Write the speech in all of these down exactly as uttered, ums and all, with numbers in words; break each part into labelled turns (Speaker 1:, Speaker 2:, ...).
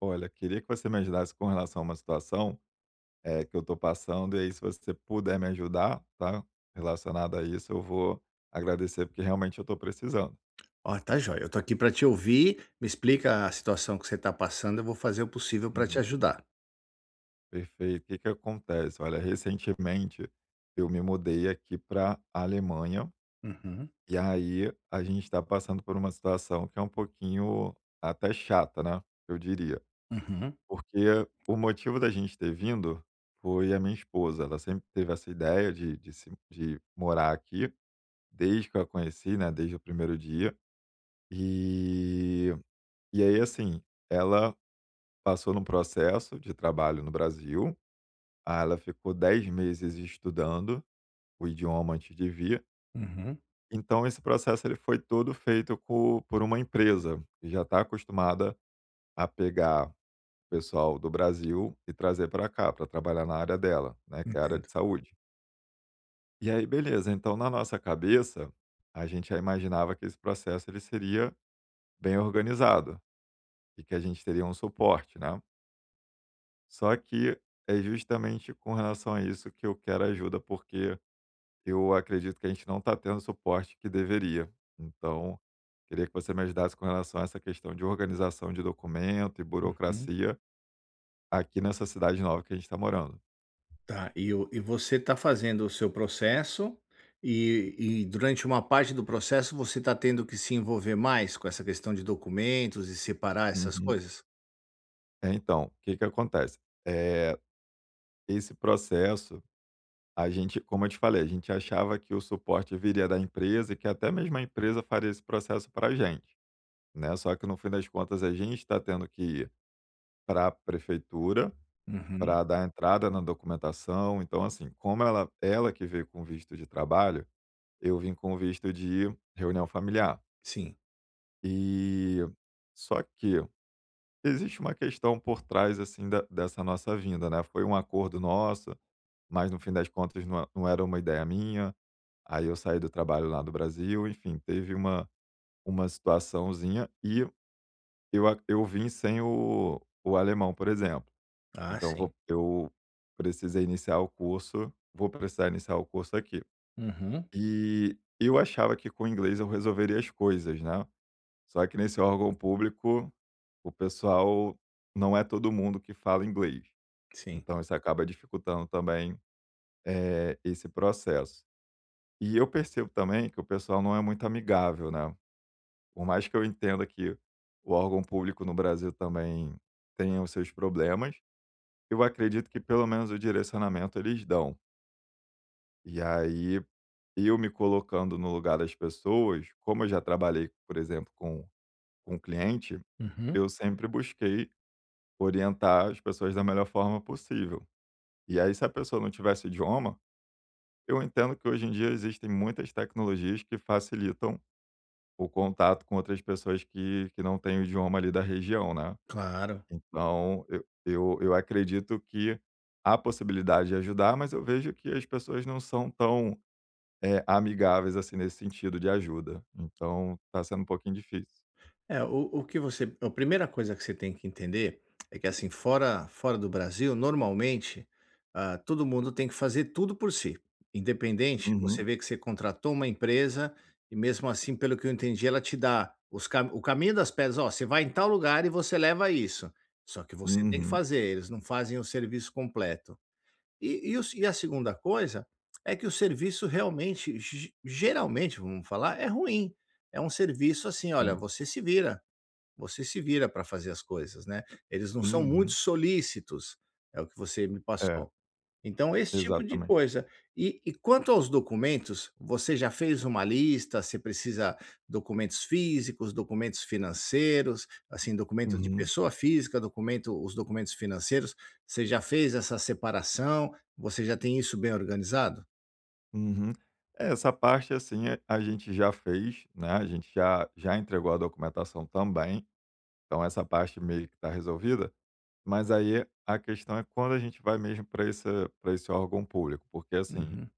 Speaker 1: Olha, queria que você me ajudasse com relação a uma situação, eh, que eu estou passando, e aí se você puder me ajudar, tá, relacionado a isso, eu vou agradecer, porque realmente eu estou precisando.
Speaker 2: Ó, tá jóia. Eu tô aqui pra te ouvir, me explica a situação que você tá passando, eu vou fazer o possível pra te
Speaker 1: Uhum.
Speaker 2: ajudar.
Speaker 1: Perfeito. O que que acontece? Olha, recentemente eu me mudei aqui pra Alemanha,
Speaker 2: Uhum,
Speaker 1: e aí a gente está passando por uma situação que é um pouquinho até chata, né, eu diria.
Speaker 2: uhum,
Speaker 1: Porque o motivo da gente ter vindo foi a minha esposa, ela sempre teve essa ideia de de se de morar aqui. Desde que eu a conheci, né, desde o primeiro dia. E e aí, assim, ela passou num processo de trabalho no Brasil, aí ela ficou dez meses estudando o idioma antes de vir.
Speaker 2: uhum,
Speaker 1: Então esse processo ele foi todo feito co por uma empresa que já está acostumada a pegar o pessoal do Brasil e trazer para cá, para trabalhar na área dela, né, que é a área de
Speaker 2: entendo.
Speaker 1: saúde. E aí, beleza, então na nossa cabeça, a gente já imaginava que esse processo ele seria bem organizado, e que a gente teria um suporte, né. Só que é justamente com relação a isso que eu quero ajuda, porque eu acredito que a gente não está tendo o suporte que deveria. Então, queria que você me ajudasse com relação a essa questão de organização de documento e
Speaker 2: Uhum.
Speaker 1: burocracia aqui nessa cidade nova que a gente está morando.
Speaker 2: Tá, e o e você tá fazendo o seu processo e e durante uma parte do processo você tá tendo que se envolver mais com essa questão de documentos e separar essas
Speaker 1: Uhum.
Speaker 2: coisas?
Speaker 1: É, então, o que que acontece? Eh, esse processo, a gente como eu te falei, a gente achava que o suporte viria da empresa e que até mesmo a empresa faria esse processo para a gente, né. Só que no fim das contas a gente está tendo que ir para a prefeitura
Speaker 2: Uhum,
Speaker 1: para dar entrada na documentação. Então, assim, como ela ela que veio com visto de trabalho, eu vim com visto de reunião familiar.
Speaker 2: sim.
Speaker 1: E só que existe uma questão por trás, assim, da dessa nossa vinda, né. Foi um acordo nosso, mas no fim das contas não é, não era uma ideia minha. Aí eu saí do trabalho lá do Brasil, enfim, teve uma uma situaçãozinha e Eu a eu vim sem o o alemão, por exemplo.
Speaker 2: Ah,
Speaker 1: Então vou
Speaker 2: sim.
Speaker 1: eu precisei iniciar o curso vou precisar iniciar o curso aqui.
Speaker 2: Uhum,
Speaker 1: E eu achava que com o inglês eu resolveria as coisas, né. Só que nesse órgão público, o pessoal, não é todo mundo que fala inglês.
Speaker 2: sim.
Speaker 1: Então isso acaba dificultando também, eh, esse processo. E eu percebo também que o pessoal não é muito amigável, né. Por mais que eu entenda que o órgão público no Brasil também tenha os seus problemas, eu acredito que pelo menos o direcionamento eles dão. E aí, eu me colocando no lugar das pessoas, como eu já trabalhei, por exemplo, com, com cliente,
Speaker 2: Uhum,
Speaker 1: eu sempre busquei orientar as pessoas da melhor forma possível. E aí, se a pessoa não tivesse idioma, eu entendo que hoje em dia existem muitas tecnologias que facilitam o contato com outras pessoas que, que não têm o idioma ali da região, né?
Speaker 2: claro.
Speaker 1: Então, eu eu eu acredito que há possibilidade de ajudar, mas eu vejo que as pessoas não são tão, eh, amigáveis, assim, nesse sentido de ajuda. Então, tá sendo um pouquinho difícil.
Speaker 2: É, o o que você a primeira coisa que você tem que entender é que, assim, fora fora do Brasil, normalmente, ah, todo mundo tem que fazer tudo por si. Independente, você
Speaker 1: Uhum,
Speaker 2: vê que você contratou uma empresa e mesmo assim, pelo que eu entendi, ela te dá os cam o caminho das pedras: "Ó, você vai em tal lugar e você leva isso". Só que você tem que
Speaker 1: uhum,
Speaker 2: fazer, eles não fazem o serviço completo. E e o e a segunda coisa é que o serviço realmente, ge geralmente, vamos falar, é ruim. É um serviço assim: "Olha,
Speaker 1: sim,
Speaker 2: você se vira". Você se vira para fazer as coisas, né. Eles não são muito
Speaker 1: uhum.
Speaker 2: solícitos, é o que você me
Speaker 1: É,
Speaker 2: passou. Então esse tipo de
Speaker 1: exatamente.
Speaker 2: coisa. E e quanto aos documentos, você já fez uma lista? Você precisa documentos físicos, documentos financeiros, assim, documento de
Speaker 1: Uhum,
Speaker 2: pessoa física, documento os documentos financeiros. Você já fez essa separação? Você já tem isso bem organizado?
Speaker 1: uhum. É, essa parte, assim, eh, a gente já fez, né, a gente já já entregou a documentação também, então essa parte meio que está resolvida. Mas aí a questão é quando a gente vai mesmo para esse para esse órgão público, porque assim,
Speaker 2: Uhum,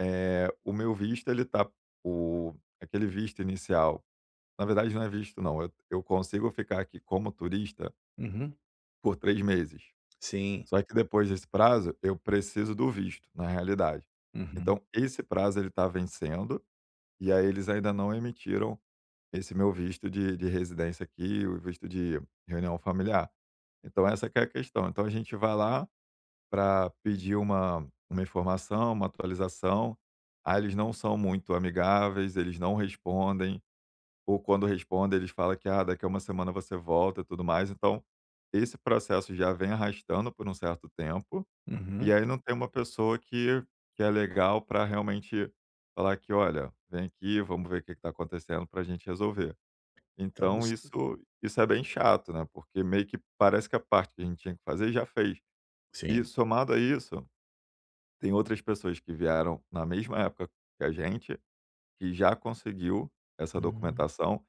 Speaker 1: é o meu visto ele tá o aquele visto inicial, na verdade não é visto não, eu eu consigo ficar aqui como turista
Speaker 2: uhum.
Speaker 1: por três meses,
Speaker 2: Sim.
Speaker 1: só que depois desse prazo eu preciso do visto, na realidade.
Speaker 2: Uhum,
Speaker 1: Então esse prazo ele está vencendo, e aí eles ainda não emitiram esse meu visto de de residência aqui, o visto de reunião familiar. Então essa que é a questão, então a gente vai lá para pedir uma uma informação, uma atualização, aí eles não são muito amigáveis, eles não respondem, ou quando respondem eles falam que: "Ah, daqui a uma semana você volta", e tudo mais. Então, esse processo já vem arrastando por um certo tempo, e
Speaker 2: uhum.
Speaker 1: aí não tem uma pessoa que que é legal para realmente falar que: "Olha, vem aqui, vamos ver o que está acontecendo para a gente resolver".
Speaker 2: Então
Speaker 1: Então
Speaker 2: você
Speaker 1: isso isso é bem chato, né, porque meio que parece que a parte que a gente tinha que fazer já fez. E
Speaker 2: sim.
Speaker 1: somado a isso tem outras pessoas que vieram na mesma época que a gente, que já conseguiu essa
Speaker 2: Hum.
Speaker 1: documentação,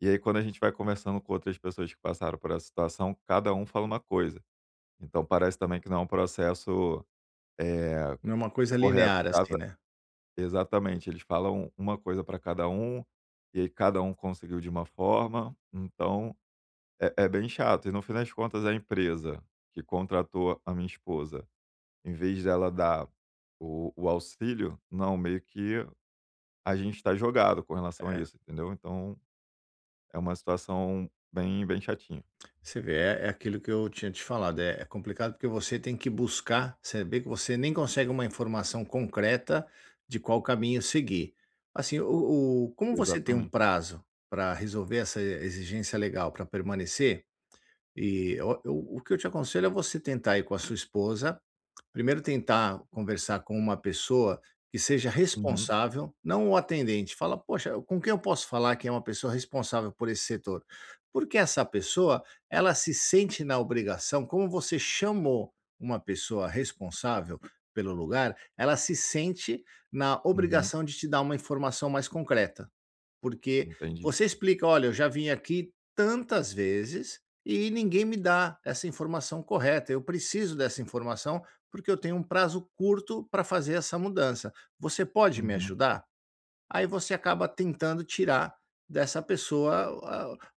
Speaker 1: e aí quando a gente vai conversando com outras pessoas que passaram por essa situação, cada um fala uma coisa. Então parece também que não é um processo, eh,
Speaker 2: Não é uma coisa
Speaker 1: correto,
Speaker 2: linear assim,
Speaker 1: cada
Speaker 2: né.
Speaker 1: exatamente, eles falam uma coisa para cada um, e aí cada um conseguiu de uma forma, então é é bem chato. E no fim das contas a empresa que contratou a minha esposa, em vez dela dar o o auxílio, não, meio que a gente está jogado com relação a isso, entendeu. Então é uma situação bem bem chatinha.
Speaker 2: Você vê, é é aquilo que eu tinha te falado, é é complicado porque você tem que buscar, você vê que você nem consegue uma informação concreta de qual caminho seguir. Assim, o o como você tem um
Speaker 1: Exatamente.
Speaker 2: prazo para resolver essa exigência legal, para permanecer, e o eu o que eu te aconselho é você tentar ir com a sua esposa. Primeiro tentar conversar com uma pessoa que seja
Speaker 1: Uhum,
Speaker 2: responsável, não o atendente. Fala: "Poxa, com quem eu posso falar que é uma pessoa responsável por esse setor?". Porque essa pessoa, ela se sente na obrigação, como você chamou, uma pessoa responsável pelo lugar, ela se sente na
Speaker 1: uhum.
Speaker 2: obrigação de te dar uma informação mais concreta. Porque
Speaker 1: Entendi.
Speaker 2: você explica: "Olha, eu já vim aqui tantas vezes e ninguém me dá essa informação correta. Eu preciso dessa informação, porque eu tenho um prazo curto para fazer essa mudança. Você pode me
Speaker 1: Uhum.
Speaker 2: ajudar?" Aí você acaba tentando tirar dessa pessoa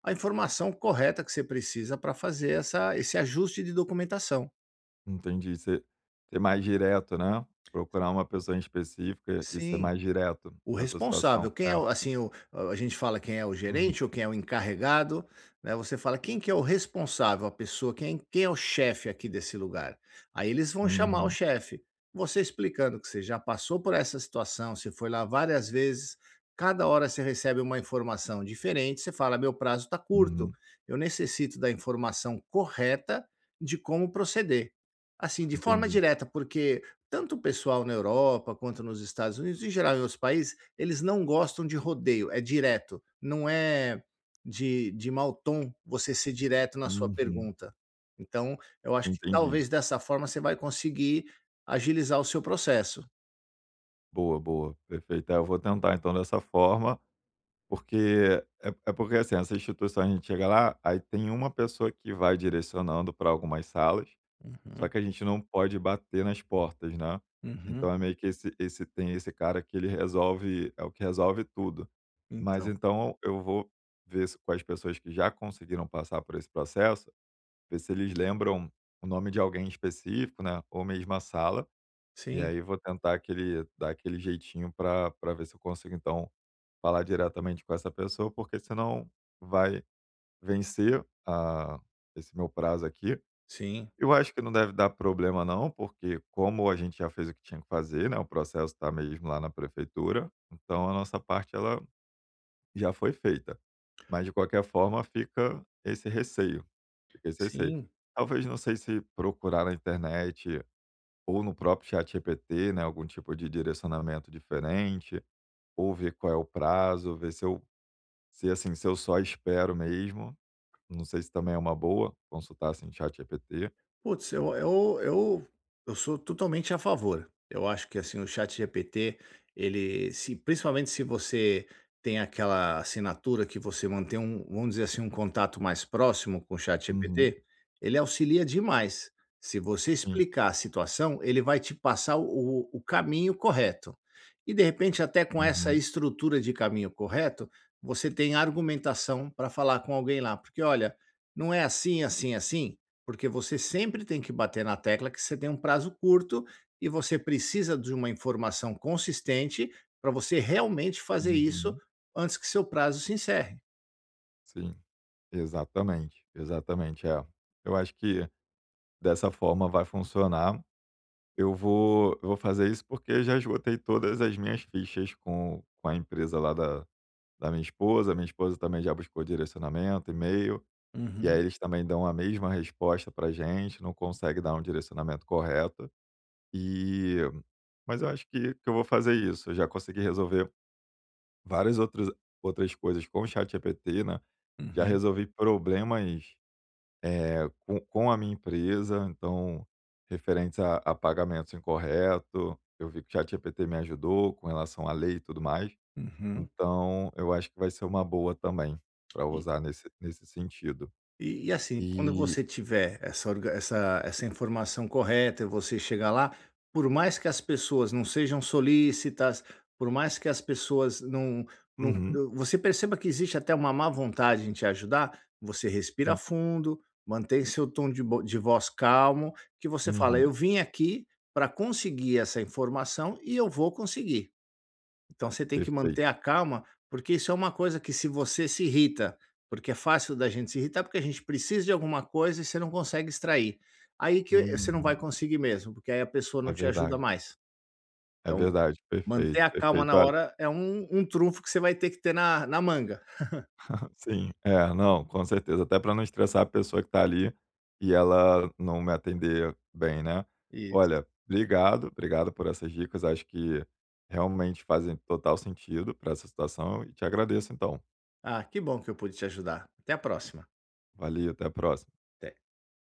Speaker 2: a a informação correta que você precisa para fazer essa esse ajuste de documentação.
Speaker 1: Entendi. Ser ser mais direto, né, procurar uma pessoa em específica e ser
Speaker 2: Sim.
Speaker 1: mais direto
Speaker 2: O
Speaker 1: nessa situação.
Speaker 2: responsável, quem
Speaker 1: É.
Speaker 2: é o, assim, o, a gente fala, quem é o
Speaker 1: Uhum,
Speaker 2: gerente ou quem é o encarregado, né, você fala: "Quem que é o responsável, a pessoa, quem quem é o chefe aqui desse lugar?". Aí eles vão chamar o
Speaker 1: uhum,
Speaker 2: chefe. Você explicando que você já passou por essa situação, você foi lá várias vezes, cada hora você recebe uma informação diferente, você fala: "Meu prazo está curto,
Speaker 1: uhum.
Speaker 2: eu necessito da informação correta de como proceder". Assim, de forma
Speaker 1: Entendi.
Speaker 2: direta, porque tanto o pessoal na Europa quanto nos Estados Unidos, em geral em outros países, eles não gostam de rodeio, é direto, não é de de mau tom você ser direto na sua
Speaker 1: Uhum.
Speaker 2: pergunta. Então, eu acho que
Speaker 1: Entendi.
Speaker 2: talvez dessa forma você vai conseguir agilizar o seu processo.
Speaker 1: Boa, boa, perfeito. É, eu vou tentar então dessa forma. Porque é é porque, assim, essa instituição a gente chega lá, aí tem uma pessoa que vai direcionando para algumas salas, só
Speaker 2: Uhum,
Speaker 1: que a gente não pode bater nas portas, né.
Speaker 2: uhum.
Speaker 1: Então é meio que esse esse tem esse cara que ele resolve é o que resolve tudo. Mas
Speaker 2: Então,
Speaker 1: então eu vou ver se com as pessoas que já conseguiram passar por esse processo, ver se eles lembram o nome de alguém específico, né, ou mesmo a sala, e
Speaker 2: sim,
Speaker 1: aí vou tentar aquele dar aquele jeitinho para pra ver se eu consigo então falar diretamente com essa pessoa, porque senão vai vencer a esse meu prazo aqui.
Speaker 2: sim,
Speaker 1: Eu acho que não deve dar problema não, porque como a gente já fez o que tinha que fazer, né, o processo está mesmo lá na prefeitura, então a nossa parte ela já foi feita. Mas de qualquer forma fica esse receio, fica esse receio.
Speaker 2: sim.
Speaker 1: Talvez, não sei se procurar na internet ou no próprio chat ChatGPT, né, algum tipo de direcionamento diferente, ou ver qual é o prazo, ver se eu se, assim, se eu só espero mesmo, não sei se também é uma boa consultar, assim, ChatGPT.
Speaker 2: Putz, eu eu eu eu sou totalmente a favor. Eu acho que, assim, o chat ChatGPT, ele se principalmente se você tem aquela assinatura que você mantém um, vamos dizer assim, um contato mais próximo com o chat
Speaker 1: Uhum.
Speaker 2: ChatGPT, ele auxilia demais. Se você
Speaker 1: Sim.
Speaker 2: explicar a situação, ele vai te passar o o caminho correto. E, de repente, até com essa
Speaker 1: Uhum.
Speaker 2: estrutura de caminho correto, você tem argumentação para falar com alguém lá, porque: "Olha, não é assim, assim, assim". Porque você sempre tem que bater na tecla que você tem um prazo curto e você precisa de uma informação consistente para você realmente fazer isso
Speaker 1: Uhum.
Speaker 2: antes que seu prazo se encerre.
Speaker 1: Sim. Exatamente, exatamente, é. Eu acho que dessa forma vai funcionar. Eu vou eu vou fazer isso, porque já esgotei todas as minhas fichas com com a empresa lá da da minha esposa, minha esposa também já buscou direcionamento, e-mail, e aí
Speaker 2: Uhum,
Speaker 1: eles também dão a mesma resposta pra gente, não consegue dar um direcionamento correto, e mas eu acho que que eu vou fazer isso. Eu já consegui resolver várias outras outras coisas com o ChatGPT, né. Já
Speaker 2: uhum,
Speaker 1: resolvi problemas, eh, com com a minha empresa, então, referentes a a pagamentos incorreto, eu vi que o ChatGPT me ajudou com relação à lei e tudo mais.
Speaker 2: uhum.
Speaker 1: Então, eu acho que vai ser uma boa também, para
Speaker 2: E
Speaker 1: usar nesse nesse sentido.
Speaker 2: E e assim, quando
Speaker 1: E
Speaker 2: você tiver essa orga essa essa informação correta e você chegar lá, por mais que as pessoas não sejam solícitas, por mais que as pessoas não não
Speaker 1: uhum,
Speaker 2: você perceba que existe até uma má vontade em te ajudar, você respira
Speaker 1: sim.
Speaker 2: fundo, mantém seu tom de bo de voz calmo, que você fala:
Speaker 1: Uhum,
Speaker 2: "Eu vim aqui para conseguir essa informação e eu vou conseguir". Então você tem que
Speaker 1: perfeito.
Speaker 2: manter a calma, porque isso é uma coisa que se você se irrita, porque é fácil da gente se irritar, porque a gente precisa de alguma coisa e você não consegue extrair. Aí que você não vai
Speaker 1: Uhum.
Speaker 2: conseguir mesmo, porque aí a pessoa
Speaker 1: É
Speaker 2: não te ajuda
Speaker 1: verdade,
Speaker 2: mais.
Speaker 1: é
Speaker 2: Então,
Speaker 1: verdade.
Speaker 2: manter
Speaker 1: Perfeito,
Speaker 2: a calma
Speaker 1: perfeito.
Speaker 2: na hora é um um trunfo que você vai ter que ter na na manga.
Speaker 1: Sim, é, não, com certeza, até para não estressar a pessoa que está ali e ela não me atender bem, né.
Speaker 2: Isso.
Speaker 1: Olha, obrigado, obrigado por essas dicas, acho que realmente fazem total sentido para essa situação e te agradeço então.
Speaker 2: Ah, que bom que eu pude te ajudar. Até a próxima.
Speaker 1: Valeu, até a próxima.
Speaker 2: Até.